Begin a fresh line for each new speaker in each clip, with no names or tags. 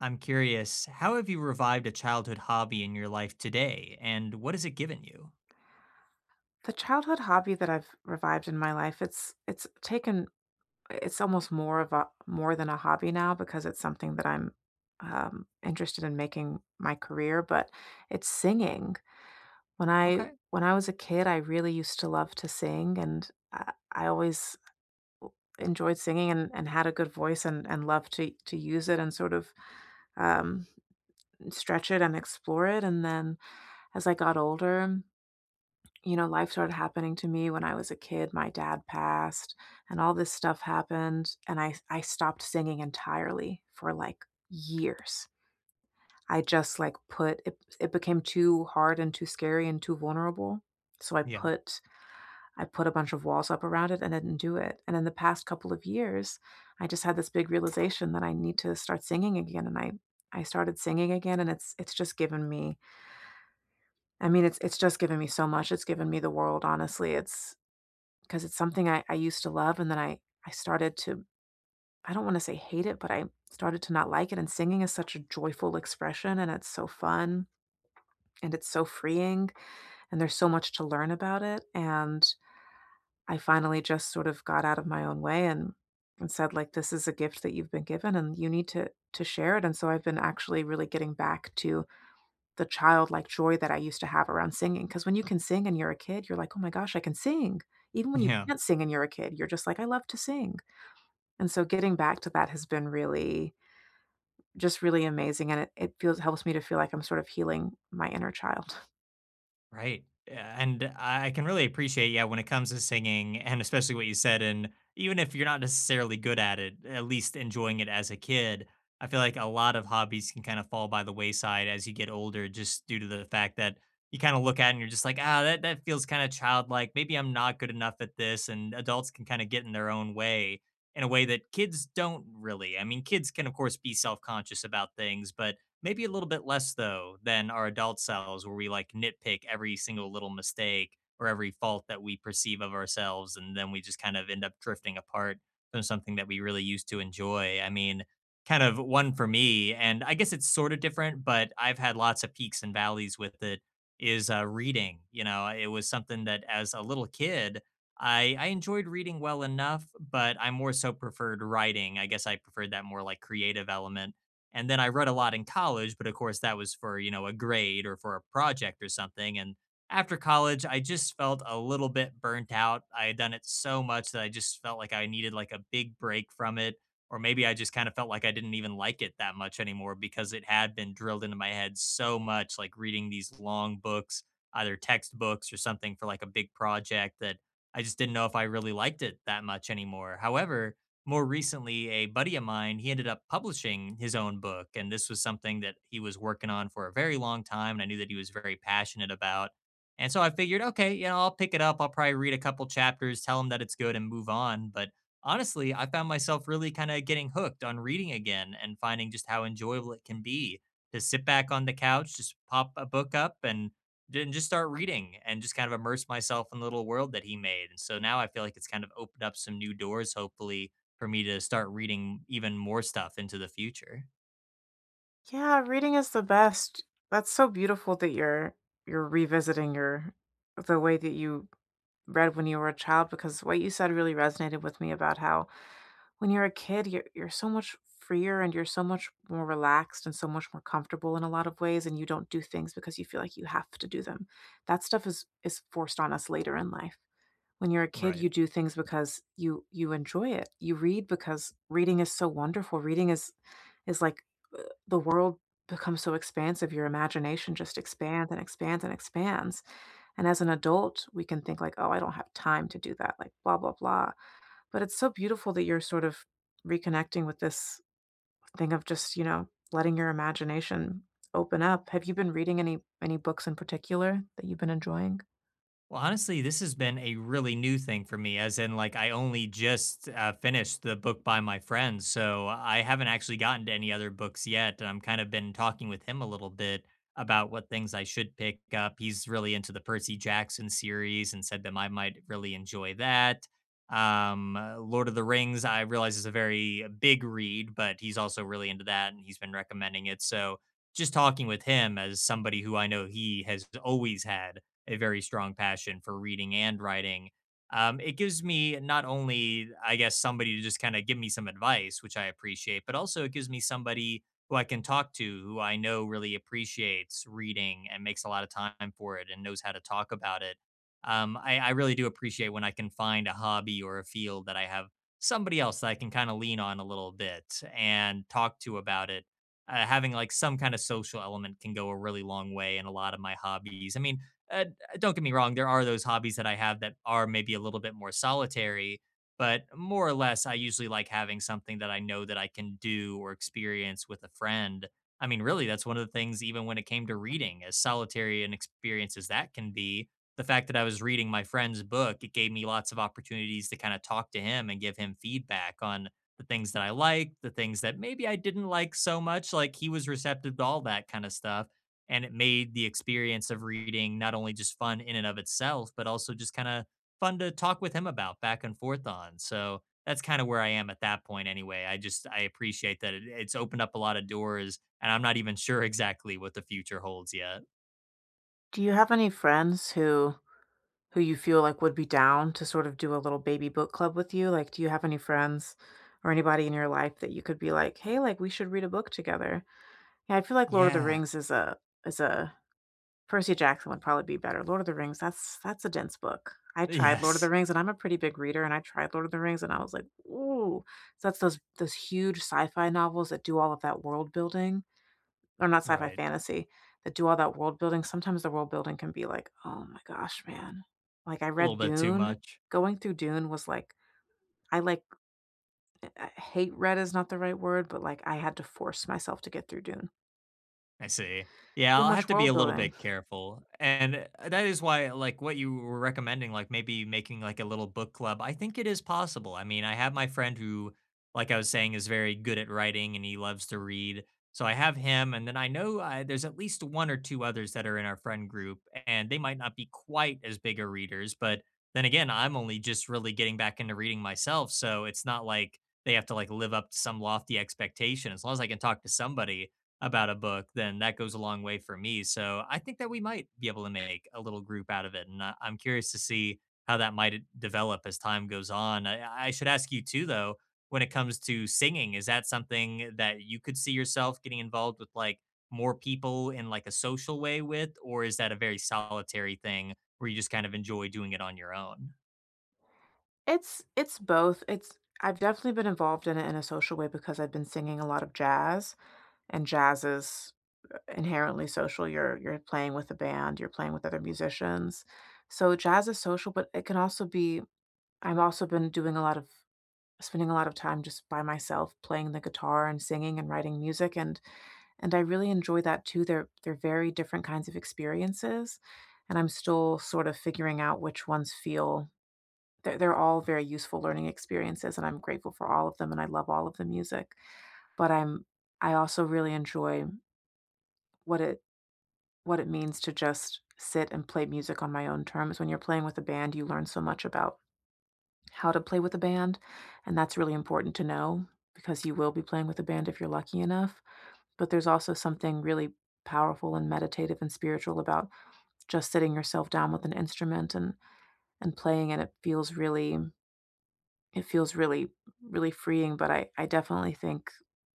I'm curious, how have you revived a childhood hobby in your life today, and what has it given you?
The childhood hobby that I've revived in my life, it's taken it's almost more than a hobby now because it's something that I'm interested in making my career, but it's singing. When I
Okay.
when I was a kid, I really used to love to sing, and I always enjoyed singing and had a good voice and loved to use it and sort of um, stretch it and explore it. And then as I got older, life started happening to me when I was a kid. My dad passed and all this stuff happened and I stopped singing entirely for, like, years. I just, like, put it became too hard and too scary and too vulnerable, so
Yeah.
I put a bunch of walls up around it and didn't do it, and in the past couple of years, I just had this big realization that I need to start singing again, and I started singing again, and it's just given me I mean, it's just given me so much. It's given me the world, honestly. It's because it's something I used to love and then I started to I don't want to say hate it, but I started to not like it. And singing is such a joyful expression and it's so fun and it's so freeing and there's so much to learn about it. And I finally just sort of got out of my own way and said, like, this is a gift that you've been given and you need to share it. And so I've been actually really getting back to the childlike joy that I used to have around singing. Because when you can sing and you're a kid, you're like, oh my gosh, I can sing. Even when you
Yeah.
can't sing and you're a kid, you're just like, I love to sing. And so getting back to that has been really just really amazing, and it feels helps me to feel like I'm sort of healing my inner child.
Right. Yeah, and I can really appreciate, yeah, when it comes to singing, and especially what you said, and even if you're not necessarily good at it, at least enjoying it as a kid. I feel like a lot of hobbies can kind of fall by the wayside as you get older, just due to the fact that you kind of look at it and you're just like, ah, that feels kind of childlike. Maybe I'm not good enough at this. And adults can kind of get in their own way in a way that kids don't really. I mean, kids can, of course, be self conscious about things, but maybe a little bit less though than our adult selves where we like nitpick every single little mistake or every fault that we perceive of ourselves and then we just kind of end up drifting apart from something that we really used to enjoy. I mean, kind of one for me and I guess it's sort of different, but I've had lots of peaks and valleys with it is reading. You know, it was something that as a little kid I enjoyed reading well enough, but I more so preferred writing. I guess I preferred that more like creative element, and then I read a lot in college, but of course that was for, you know, a grade or for a project or something. And after college, I just felt a little bit burnt out. I had done it so much that I just felt like I needed like a big break from it. Or maybe I just kind of felt like I didn't even like it that much anymore because it had been drilled into my head so much, like reading these long books, either textbooks or something for like a big project, that I just didn't know if I really liked it that much anymore. However, more recently, a buddy of mine, he ended up publishing his own book. And this was something that he was working on for a very long time and I knew that he was very passionate about. And so I figured, okay, you know, I'll pick it up. I'll probably read a couple chapters, tell him that it's good and move on. But honestly, I found myself really kind of getting hooked on reading again and finding just how enjoyable it can be to sit back on the couch, just pop a book up and just start reading and just kind of immerse myself in the little world that he made. And so now I feel like it's kind of opened up some new doors, hopefully, for me to start reading even more stuff into the future.
Yeah, reading is the best. That's so beautiful that you're revisiting your the way that you read when you were a child because what you said really resonated with me about how when you're a kid you're so much freer and you're so much more relaxed and so much more comfortable in a lot of ways and you don't do things because you feel like you have to do them. That stuff is forced on us later in life. When you're a kid,
Right.
you do things because you enjoy it. You read because reading is so wonderful. Reading is like the world becomes so expansive. Your imagination just expands and expands and expands. And as an adult, we can think like, "Oh, I don't have time to do that," like blah blah blah. But it's so beautiful that you're sort of reconnecting with this thing of just, you know, letting your imagination open up. Have you been reading any books in particular that you've been enjoying?
Well, honestly, this has been a really new thing for me, as in, like, I only just finished the book by my friend. So I haven't actually gotten to any other books yet. And I'm kind of been talking with him a little bit about what things I should pick up. He's really into the Percy Jackson series and said that I might really enjoy that. Lord of the Rings, I realize is a very big read, but he's also really into that and he's been recommending it. So just talking with him as somebody who I know he has always had a very strong passion for reading and writing. It gives me not only, I guess, somebody to just kind of give me some advice, which I appreciate, but also it gives me somebody who I can talk to, who I know really appreciates reading and makes a lot of time for it and knows how to talk about it. I really do appreciate when I can find a hobby or a field that I have somebody else that I can kind of lean on a little bit and talk to about it. Having like some kind of social element can go a really long way in a lot of my hobbies. I mean, uh, don't get me wrong, there are those hobbies that I have that are maybe a little bit more solitary, but more or less, I usually like having something that I know that I can do or experience with a friend. I mean, really, that's one of the things, even when it came to reading, as solitary an experience as that can be, the fact that I was reading my friend's book, it gave me lots of opportunities to kind of talk to him and give him feedback on the things that I liked, the things that maybe I didn't like so much. Like he was receptive to all that kind of stuff and it made the experience of reading not only just fun in and of itself but also just kind of fun to talk with him about back and forth on. So that's kind of where I am at that point anyway. I just, I appreciate that it's opened up a lot of doors and I'm not even sure exactly what the future holds yet.
Do you have any friends who you feel like would be down to sort of do a little baby book club with you? Like, do you have any friends or anybody in your life that you could be like, "Hey, like, we should read a book together"? Yeah, I feel like Lord of the
Yeah.
Rings is a Percy Jackson would probably be better. Lord of the Rings, that's a dense book. I tried Lord of the
Yes.
Rings, and I'm a pretty big reader, and I tried Lord of the Rings, and I was like, "Ooh." So that's those huge sci-fi novels that do all of that world building or not sci-fi
Right.
fantasy that do all that world building, sometimes the world building can be like, "Oh my gosh, man." Like I
A little
read
bit too
Dune.
much.
Going through Dune was like I like I hate read is not the right word, but like I had to force myself to get through Dune.
I see. Yeah,
So
I'll have
much
to be
world
a little
building.
bit careful. And that is why, like, what you were recommending, like maybe making like a little book club, I think it is possible. I mean, I have my friend who, like I was saying, is very good at writing and he loves to read. So I have him. And then I know there's at least one or two others that are in our friend group, and they might not be quite as big of readers. But then again, I'm only just really getting back into reading myself. So it's not like they have to like live up to some lofty expectation. As long as I can talk to somebody about a book, then that goes a long way for me. So I think that we might be able to make a little group out of it. And I'm curious to see how that might develop as time goes on. I should ask you too, though, when it comes to singing, is that something that you could see yourself getting involved with like more people in like a social way with? Or is that a very solitary thing where you just kind of enjoy doing it on your own?
It's both. It's I've definitely been involved in it in a social way because I've been singing a lot of jazz, and jazz is inherently social. You're playing with a band, you're playing with other musicians. So jazz is social, but it can also be I've also been doing a lot of spending a lot of time just by myself playing the guitar and singing and writing music and I really enjoy that too. They're very different kinds of experiences, and I'm still sort of figuring out which ones feel they're all very useful learning experiences, and I'm grateful for all of them, and I love all of the music, but I also really enjoy what it what it means to just sit and play music on my own terms. When you're playing with a band, you learn so much about how to play with a band, and that's really important to know because you will be playing with a band if you're lucky enough, but there's also something really powerful and meditative and spiritual about just sitting yourself down with an instrument and playing, and it feels it feels really really freeing but I definitely think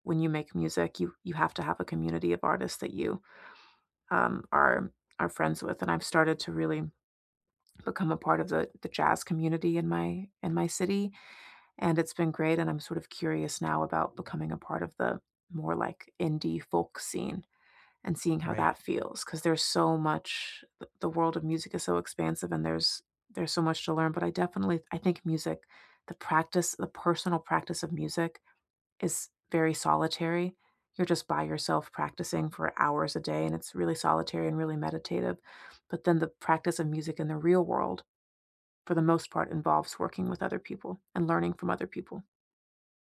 when you make music you have to have a community of artists that you um are are friends with and I've started to really become a part of the jazz community in my city and it's been great and I'm sort of curious now about becoming a part of the more like indie folk scene and seeing how
Right.
that feels, because there's so much the world of music is so expansive and there's so much to learn, but I definitely I think music, the personal practice of music is very solitary. You're just by yourself practicing for hours a day, and it's really solitary and really meditative, but then the practice of music in the real world, for the most part, involves working with other people and learning from other people.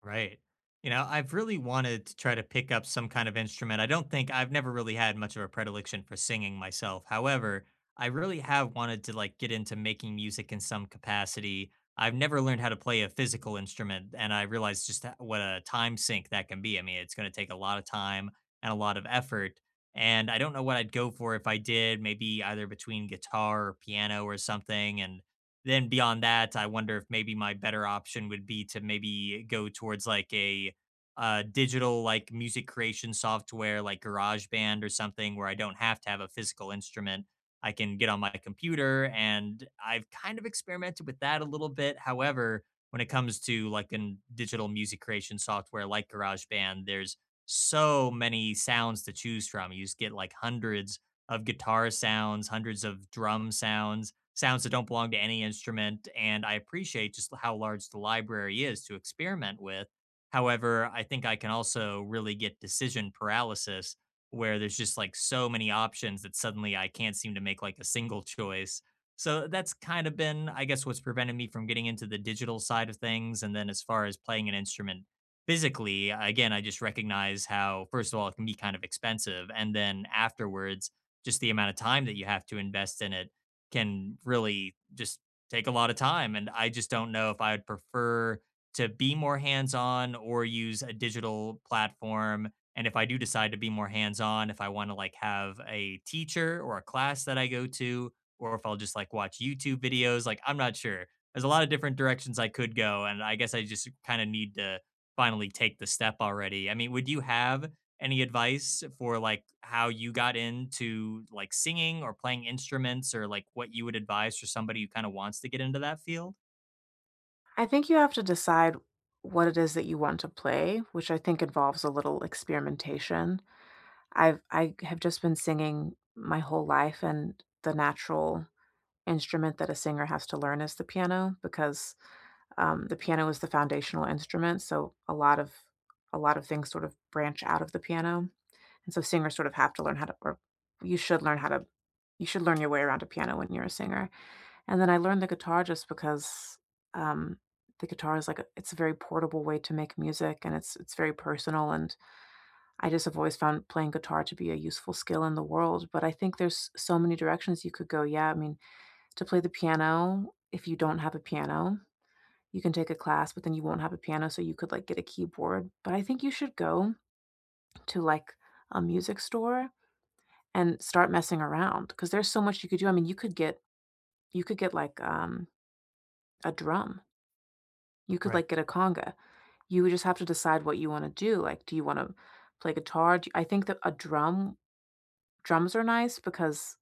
Right. You know, I've really wanted to try to pick up some kind of instrument. I don't think I've never really had much of a predilection for singing myself. However, I really have wanted to like get into making music in some capacity. I've never learned how to play a physical instrument, and I realized just what a time sink that can be. I mean, it's going to take a lot of time and a lot of effort. And I don't know what I'd go for if I did, maybe either between guitar or piano or something. And then beyond that, I wonder if maybe my better option would be to maybe go towards like a digital like music creation software like GarageBand or something where I don't have to have a physical instrument. I can get on my computer and I've kind of experimented with that a little bit. However, when it comes to like a digital music creation software like GarageBand, there's so many sounds to choose from. You just get like hundreds of guitar sounds, hundreds of drum sounds that don't belong to any instrument. And I appreciate just how large the library is to experiment with. However, I think I can also really get decision paralysis where there's just like so many options that suddenly I can't seem to make like a single choice. So that's kind of been, I guess, what's prevented me from getting into the digital side of things. And then as far as playing an instrument physically, again, I just recognize how, first of all, it can be kind of expensive. And then afterwards, just the amount of time that you have to invest in it can really just take a lot of time. And I just don't know if I would prefer to be more hands on or use a digital platform. And if I do decide to be more hands on, if I want to like have a teacher or a class that I go to, or if I'll just like watch YouTube videos, like I'm not sure. There's a lot of different directions I could go. And I guess I just kind of need to finally take the step already. I mean, would you have any advice for like how you got into like singing or playing instruments or like what you would advise for somebody who kind of wants to get into that field?
I think you have to decide what it is that you want to play, which I think involves a little experimentation. I have just been singing my whole life, and the natural instrument that a singer has to learn is the piano because, the piano is the foundational instrument, so a lot of things sort of branch out of the piano, and so singers sort of have to learn how to or you should learn how to you should learn your way around a piano when you're a singer, and then I learned the guitar just because, um, the guitar is like a it's a very portable way to make music, and it's very personal, and I just have always found playing guitar to be a useful skill in the world, but I think there's so many directions you could go. Yeah, I mean, to play the piano, if you don't have a piano, you can take a class, but then you won't have a piano, so you could like get a keyboard. But I think you should go to like a music store and start messing around because there's so much you could do. I mean, you could get like a drum. You could
Right.
like get a conga. You would just have to decide what you want to do. Like, do you want to play guitar? Do I think that a drum drums are nice because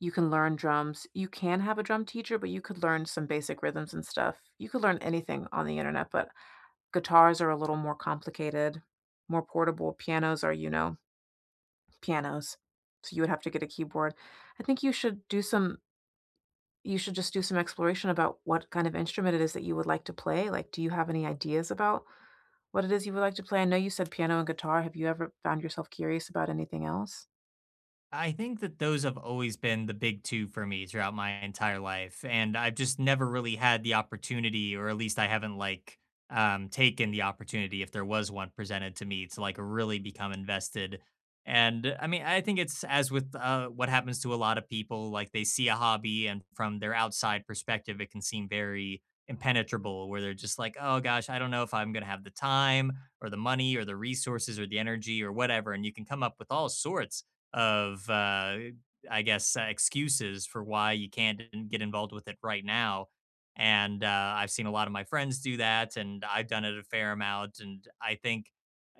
you can learn drums. You can have a drum teacher, but you could learn some basic rhythms and stuff. You could learn anything on the internet, but guitars are a little more complicated, more portable. Pianos are, you know, pianos. So you would have to get a keyboard. I think you should do some you should just do some exploration about what kind of instrument it is that you would like to play. Like, do you have any ideas about what it is you would like to play? I know you said piano and guitar. Have you ever found yourself curious about anything else?
I think that those have always been the big 2 for me throughout my entire life, and I've just never really had the opportunity, or at least I haven't, like, taken the opportunity, if there was one presented to me, to, like, really become invested. And, I mean, I think it's as with, what happens to a lot of people, like, they see a hobby, and from their outside perspective, it can seem very impenetrable, where they're just like, "Oh gosh, I don't know if I'm gonna have the time, or the money, or the resources, or the energy, or whatever," and you can come up with all sorts of I guess excuses for why you can't get involved with it right now. And I've seen a lot of my friends do that, and I've done it a fair amount. And I think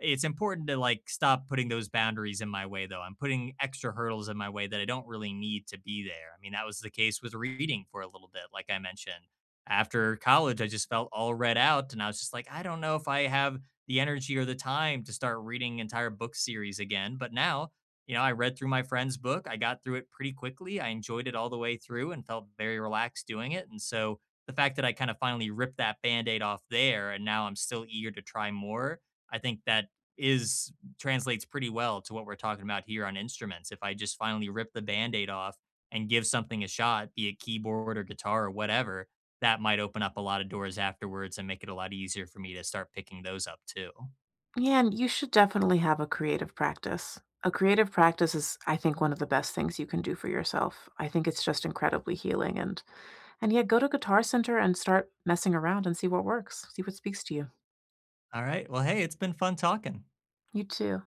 it's important to like stop putting those boundaries in my way, though. I'm putting extra hurdles in my way that I don't really need to be there. I mean, that was the case with reading for a little bit, like I mentioned. After college, I just felt all read out, and I was just like, I don't know if I have the energy or the time to start reading entire book series again. But now, you know, I read through my friend's book. I got through it pretty quickly. I enjoyed it all the way through and felt very relaxed doing it. And so the fact that I kind of finally ripped that band aid off there and now I'm still eager to try more, I think that is translates pretty well to what we're talking about here on instruments. If I just finally rip the band aid off and give something a shot, be it keyboard or guitar or whatever, that might open up a lot of doors afterwards and make it a lot easier for me to start picking those up too.
Yeah, and you should definitely have a creative practice. A creative practice is, I think, one of the best things you can do for yourself. I think it's just incredibly healing and yeah, go to Guitar Center and start messing around and see what works. See what speaks to you.
All right. Well, hey, it's been fun talking.
You too.